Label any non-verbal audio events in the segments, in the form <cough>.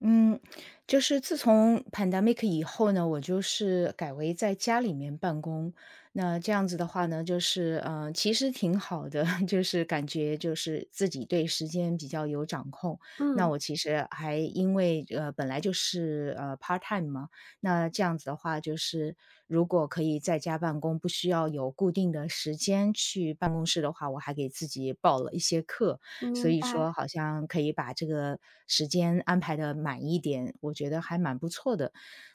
嗯，就是自从 pandemic 以后呢，我就是改为在家里面办公。那这样子的话呢，就是其实挺好的，<laughs> 就是感觉就是自己对时间比较有掌控。那嗯，我其实还因为本来就是part time 嘛，那这样子的话，就是如果可以在家办公，不需要有固定的时间去办公室的话，我还给自己报了一些课。所明以白。说好像可以把这个时间安排的满一点，我觉得还蛮不错的。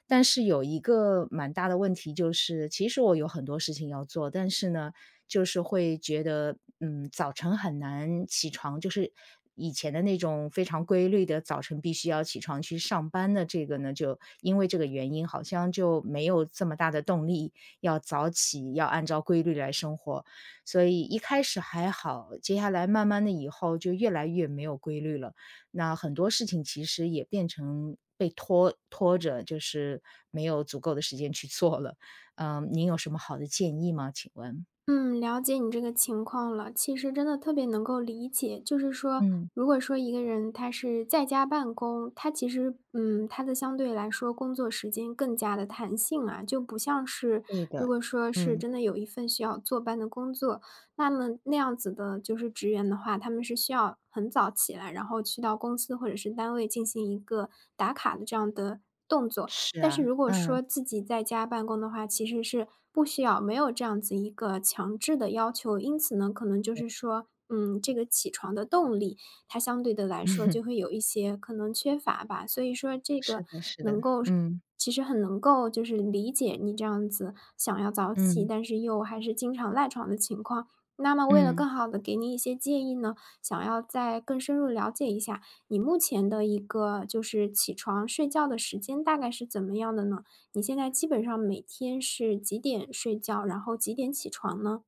但是有一个蛮大的问题就是，其实我有很多事情要做，但是呢，就是会觉得，早晨很难起床，就是以前的那种非常规律的早晨必须要起床去上班的这个呢，就因为这个原因，好像就没有这么大的动力要早起，要按照规律来生活。所以一开始还好，接下来慢慢的以后就越来越没有规律了。那很多事情其实也变成被拖着，就是没有足够的时间去做了。您有什么好的建议吗？请问？嗯，了解你这个情况了。其实真的特别能够理解，就是说，嗯，如果说一个人他是在家办公，他其实，他的相对来说工作时间更加的弹性啊，就不像是对的，如果说是嗯，真的有一份需要坐班的工作，那么那样子的就是职员的话，他们是需要很早起来，然后去到公司或者是单位进行一个打卡的这样的动作。是但啊，是如果嗯，说自己在家办公的话，其实是不需要没有这样子一个强制的要求，因此呢，可能就是说，这个起床的动力，它相对的来说就会有一些可能缺乏吧。所以说这是个的是的，能够是嗯，其实很能够就是理解你这样子想要早起，嗯，但是又还是经常赖床的情况。那么为了嗯。更好的给你一些建议呢，想要再更深入了解一下，你目前的一个就是起床睡觉的时间大概是怎么样的呢？你现在基本上每天是几点睡觉，然后几点起床呢？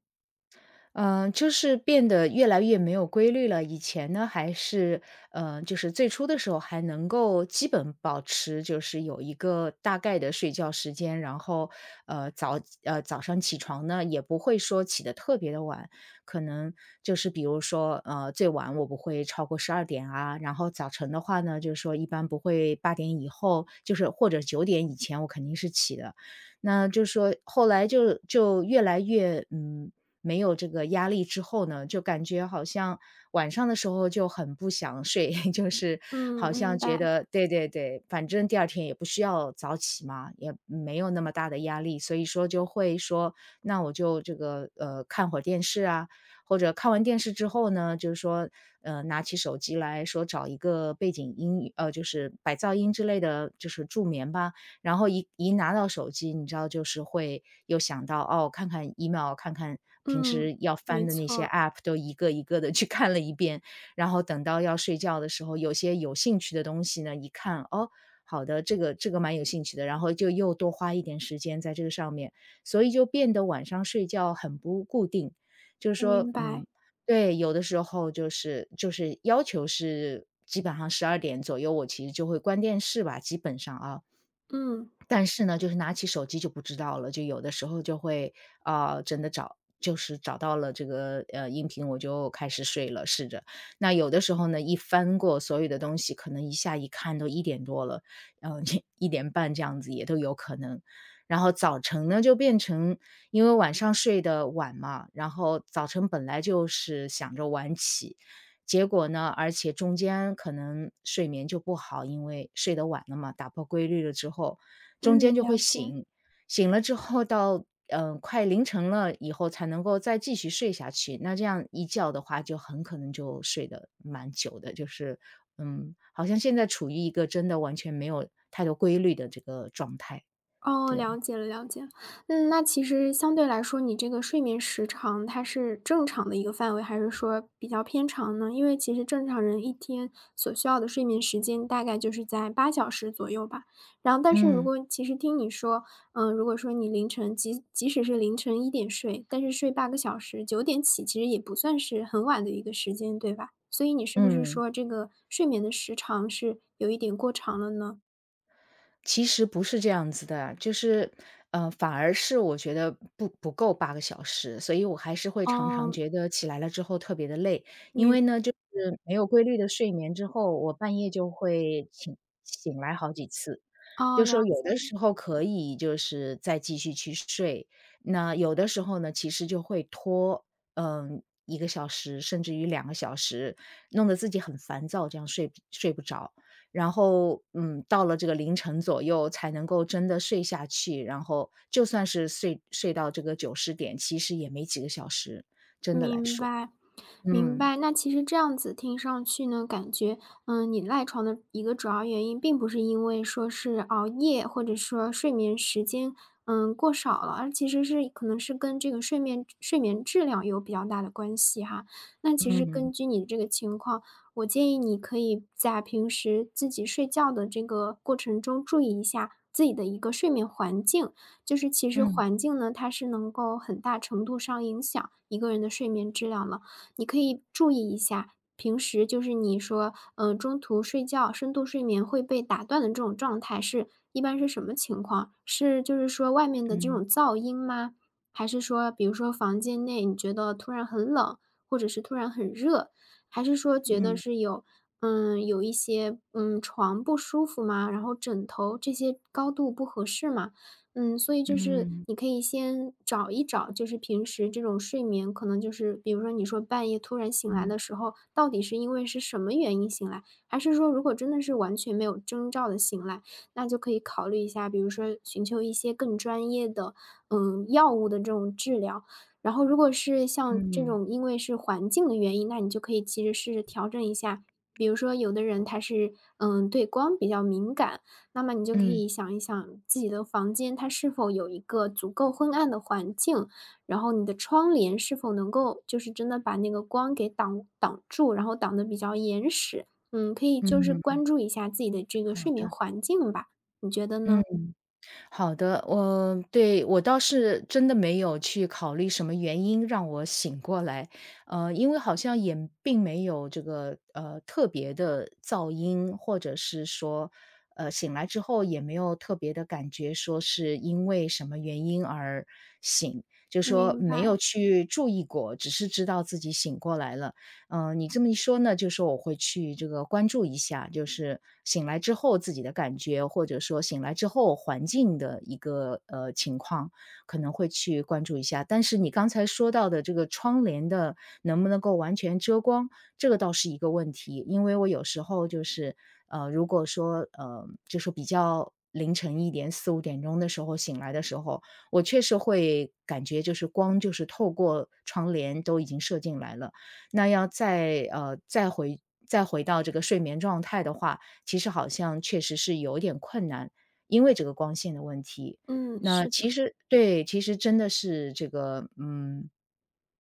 嗯，就是变得越来越没有规律了。以前呢，还是就是最初的时候还能够基本保持，就是有一个大概的睡觉时间，然后早上起床呢，也不会说起得特别的晚，可能就是比如说最晚我不会超过十二点啊，然后早晨的话呢，就是说一般不会8点以后，就是或者9点以前我肯定是起的。那就是说后来就越来越。没有这个压力之后呢，就感觉好像晚上的时候就很不想睡，<laughs> 就是嗯，好像明觉白。得对对对，反正第二天也不需要早起嘛，也没有那么大的压力，所以说就会说，那我就这个看会儿电视啊，或者看完电视之后呢，就是说拿起手机来说找一个背景音乐，就是白噪音之类的，就是助眠吧。然后一拿到手机，你知道就是会又想到，哦，看看 email,看看平嗯，时要翻没的那些 错。app,都一个一个的去看了一遍。然后等到要睡觉的时候，有些有兴趣的东西呢，一看，哦，好的，这个蛮有兴趣的，然后就又多花一点时间在这个上面，所以就变得晚上睡觉很不固定。就是说，明白。对，有的时候就是要求是基本上十二点左右，我其实就会关电视吧，基本上啊，嗯。但是呢，就是拿起手机就不知道了，就有的时候就会，啊，真的找就是找到了这个，音频，我就开始睡了，试着。那有的时候呢，一翻过所有的东西，可能一下一看都1点多了，嗯呃 <laughs> 1点半这样子也都有可能。然后早晨呢，就变成因为晚上睡得晚嘛，然后早晨本来就是想着晚起，结果呢，而且中间可能睡眠就不好，因为睡得晚了嘛，打破规律了之后，中间嗯，就了会解。醒，醒了之后到快凌晨了以后才能够再继续睡下去。那这样一觉的话，就很可能就睡得蛮久的，就是好像现在处于一个真的完全没有太多规律的这个状态。哦，了对，解了了解了。嗯，那其实相对来说，你这个睡眠时长它是正常的一个范围，还是说比较偏长呢？因为其实正常人一天所需要的睡眠时间大概就是在八小时左右吧。然后但是如嗯，果其实听你说，如果说你凌晨即使是凌晨一点睡，但是睡八个小时九点起，其实也不算是很晚的一个时间，对吧？所以你是不是嗯。说这个睡眠的时长是有一点过长了呢？其实不是这样子的，就是，反而是我觉得不够8个小时，所以我还是会常常哦，觉得起来了之后特别的累。因明为呢，就是没有规律的睡眠之后，我半夜就会醒来好几次。哦，就了说有的时候可以就是再继续去睡，那有的时候呢，其实就会拖，1个小时甚至于2个小时，弄得自己很烦躁，这样睡不着。然后，到了这个凌晨左右才能够真的睡下去，然后就算是睡到这个9、10点，其实也没几个小时，真的来明说。白，明嗯，白。那其实这样子听上去呢，感觉，你赖床的一个主要原因，并不是因为说是熬夜，或者说睡眠时间，过少了，而其实是可能是跟这个睡眠质量有比较大的关系哈。那其实嗯，根据你的这个情况，我建议你可以在平时自己睡觉的这个过程中，注意一下自己的一个睡眠环境。就是其实嗯，环境呢，它是能够很大程度上影响一个人的睡眠质量了。你可以注意一下，平时就是你说，中途睡觉、深度睡眠会被打断的这种状态是一般是什么情况？是就是说外面的这嗯，种噪音吗？还是说比如说房间内你觉得突然很冷，或者是突然很热？还是说觉得嗯，是有嗯，有一些，床不舒服吗？然后枕头这些高度不合适吗？嗯，所以就是嗯，你可以先找一找，就是平时这种睡眠，可能就是比如说你说半夜突然醒来嗯，的时候，到底是因为是什么原因醒来，还是说如果真的是完全没有征兆的醒来，那就可以考虑一下，比如说寻求一些更专业的，药物的这种治疗。然后如果是像这嗯，种因为是环境的原因，那你就可以其实试着调整一下。比如说，有的人他是嗯对光比较敏感，那么你就可嗯，嗯，以想一想自己的房间，它是否有一个足够昏暗的环境，然后你的窗帘是否能够就是真的把那个光给挡住，然后挡的比较严实。嗯，可以就是嗯关注一下自己的这个好睡眠的，环境吧，你觉得嗯。呢？好的，我对，我倒是真的没有去考虑什么原因让我醒过来，因为好像也并没有这个，特别的噪音，或者是说，醒来之后也没有特别的感觉说是因为什么原因而醒，就说明没白。有去注意过，只是知道自己醒过来了。嗯，你这么一说呢，就说我会去这个关注一下，就是醒来之后自己的感觉，或者说醒来之后环境的一个情况，可能会去关注一下。但是你刚才说到的这个窗帘的能不能够完全遮光，这个倒是一个问题，因为我有时候就是如果说就是比较，凌晨一点四五点钟的时候醒来的时候，我确实会感觉就是光就是透过窗帘都已经射进来了，那要再再回到这个睡眠状态的话，其实好像确实是有点困难，因为这个光线的问题。嗯，那是的。其实对，其实真的是这个，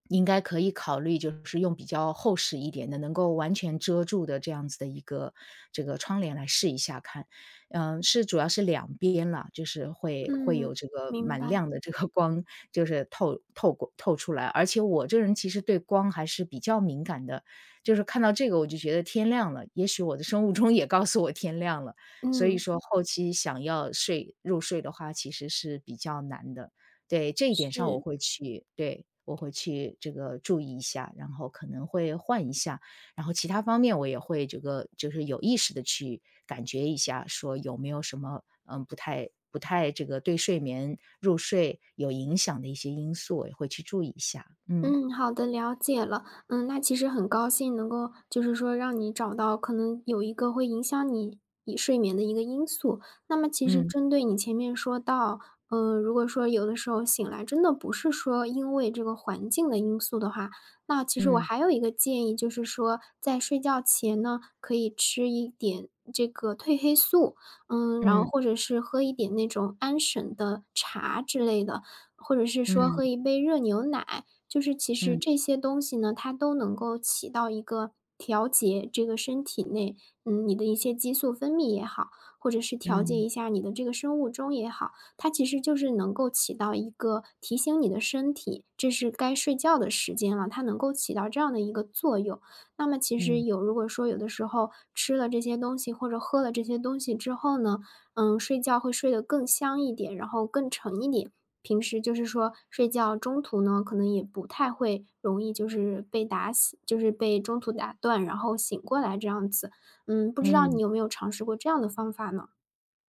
应该可以考虑，就是用比较厚实一点的，能够完全遮住的这样子的一个这个窗帘来试一下看。嗯，是主要是两边了，就是会有嗯，这个明蛮白。亮的这个光，就是透过透出来。而且我这人其实对光还是比较敏感的，就是看到这个我就觉得天亮了，也许我的生物钟也告诉我天亮了。所以嗯，说后期想要入睡的话，其实是比较难的。对，这一点上我是。会去，对，我会去这个注意一下，然后可能会换一下，然后其他方面我也会这个就是有意识的去感觉一下，说有没有什么，不太这个对睡眠入睡有影响的一些因素，我也会去注意一下。嗯，嗯，好的，了解了。嗯，那其实很高兴能够，就是说让你找到可能有一个会影响你你睡眠的一个因素。那么其实嗯，针对你前面说到，嗯、如果说有的时候醒来真的不是说因为这个环境的因素的话，那其实我嗯，还有一个建议，就是说在睡觉前呢，可以吃一点这个褪黑素，然后嗯，或者是喝一点那种安神的茶之类的，或者是说嗯，喝一杯热牛奶。就是其嗯，实嗯，这些东西呢，它都能够起到一个调节这个身体内，你的一些激素分泌也好，或者是调节嗯，一下你的这个生物钟也好，它其实就是能够起到一个提醒你的身体，这是该睡觉的时间了，它能够起到这样的一个作用。那么其实嗯有如果说有的时候吃了这些东西或者喝了这些东西之后呢，睡觉会睡得更香一点，然后更沉一点。平时就是说睡觉中途呢，可能也不太会容易就是被打醒就是被中途打断，然后醒过来这样子。嗯，不知道嗯。你有没有尝试过这样的方法呢？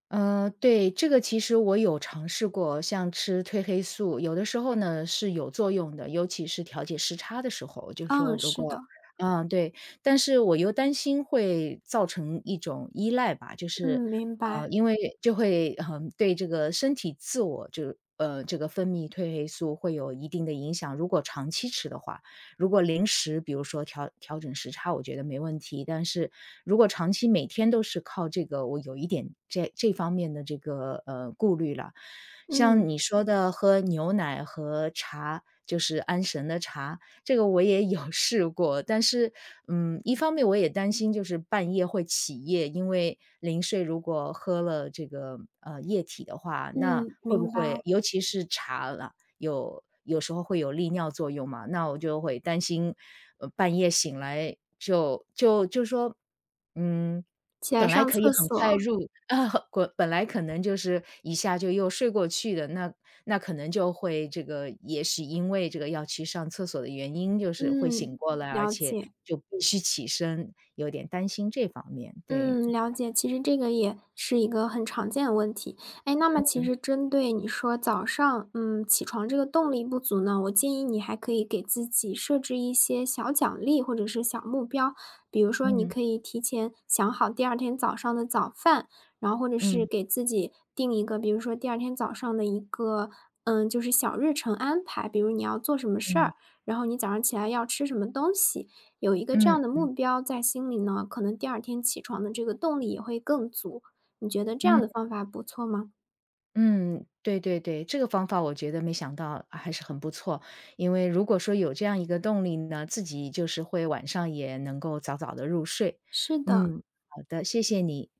嗯，对，这个其实我有尝试过，像吃褪黑素，有的时候呢是有作用的，尤其是调节时差的时候，就是说嗯，如是果的。对，但是我又担心会造成一种依赖吧，就嗯，是明白。因为就会对这个身体自我就这个分泌褪黑素会有一定的影响，如果长期吃的话，如果临时比如说调整时差，我觉得没问题。但是如果长期每天都是靠这个，我有一点这方面的这个顾虑了。像嗯。你说的喝牛奶和茶，就是安神的茶，这个我也有 <laughs> 试过。但是，一方面我也担心就是半夜会起夜，因为临睡如果喝了这个液体的话，那嗯，会不明会白。尤其是茶了，有时候会有利尿作用嘛，那我就会担心，半夜醒来就说，嗯，起本来来上可以厕很快所。入 <laughs> 啊，本来可能就是一下就又睡过去的，那可能就会这个也许因为这个要去上厕所的原因，就是会嗯，醒过来，而了且解。就必须起身，有点担心这方面，对，嗯，了解。其实这个也是一个很常见的问题。哎，那么其实针对你说早上，起床这个动力不足呢，我建议你还可以给自己设置一些小奖励或者是小目标，比如说你嗯可以提前想好第二天早上的早饭，然后或者是嗯给自己定一个，比如说第二天早上的一个，就是小日程安排，比如你要做什么事儿，嗯然后你早上起来要吃什么东西。有一个这样的嗯目标在心里呢，可能第二天起床的这个动力也会更足。你觉得这样嗯。的方法不错吗？嗯，对对对，这个方法我觉得没想到还是很不错。因为如果说有这样一个动力呢，自己就是会晚上也能够早早的入睡。是的，嗯，好的，谢谢你。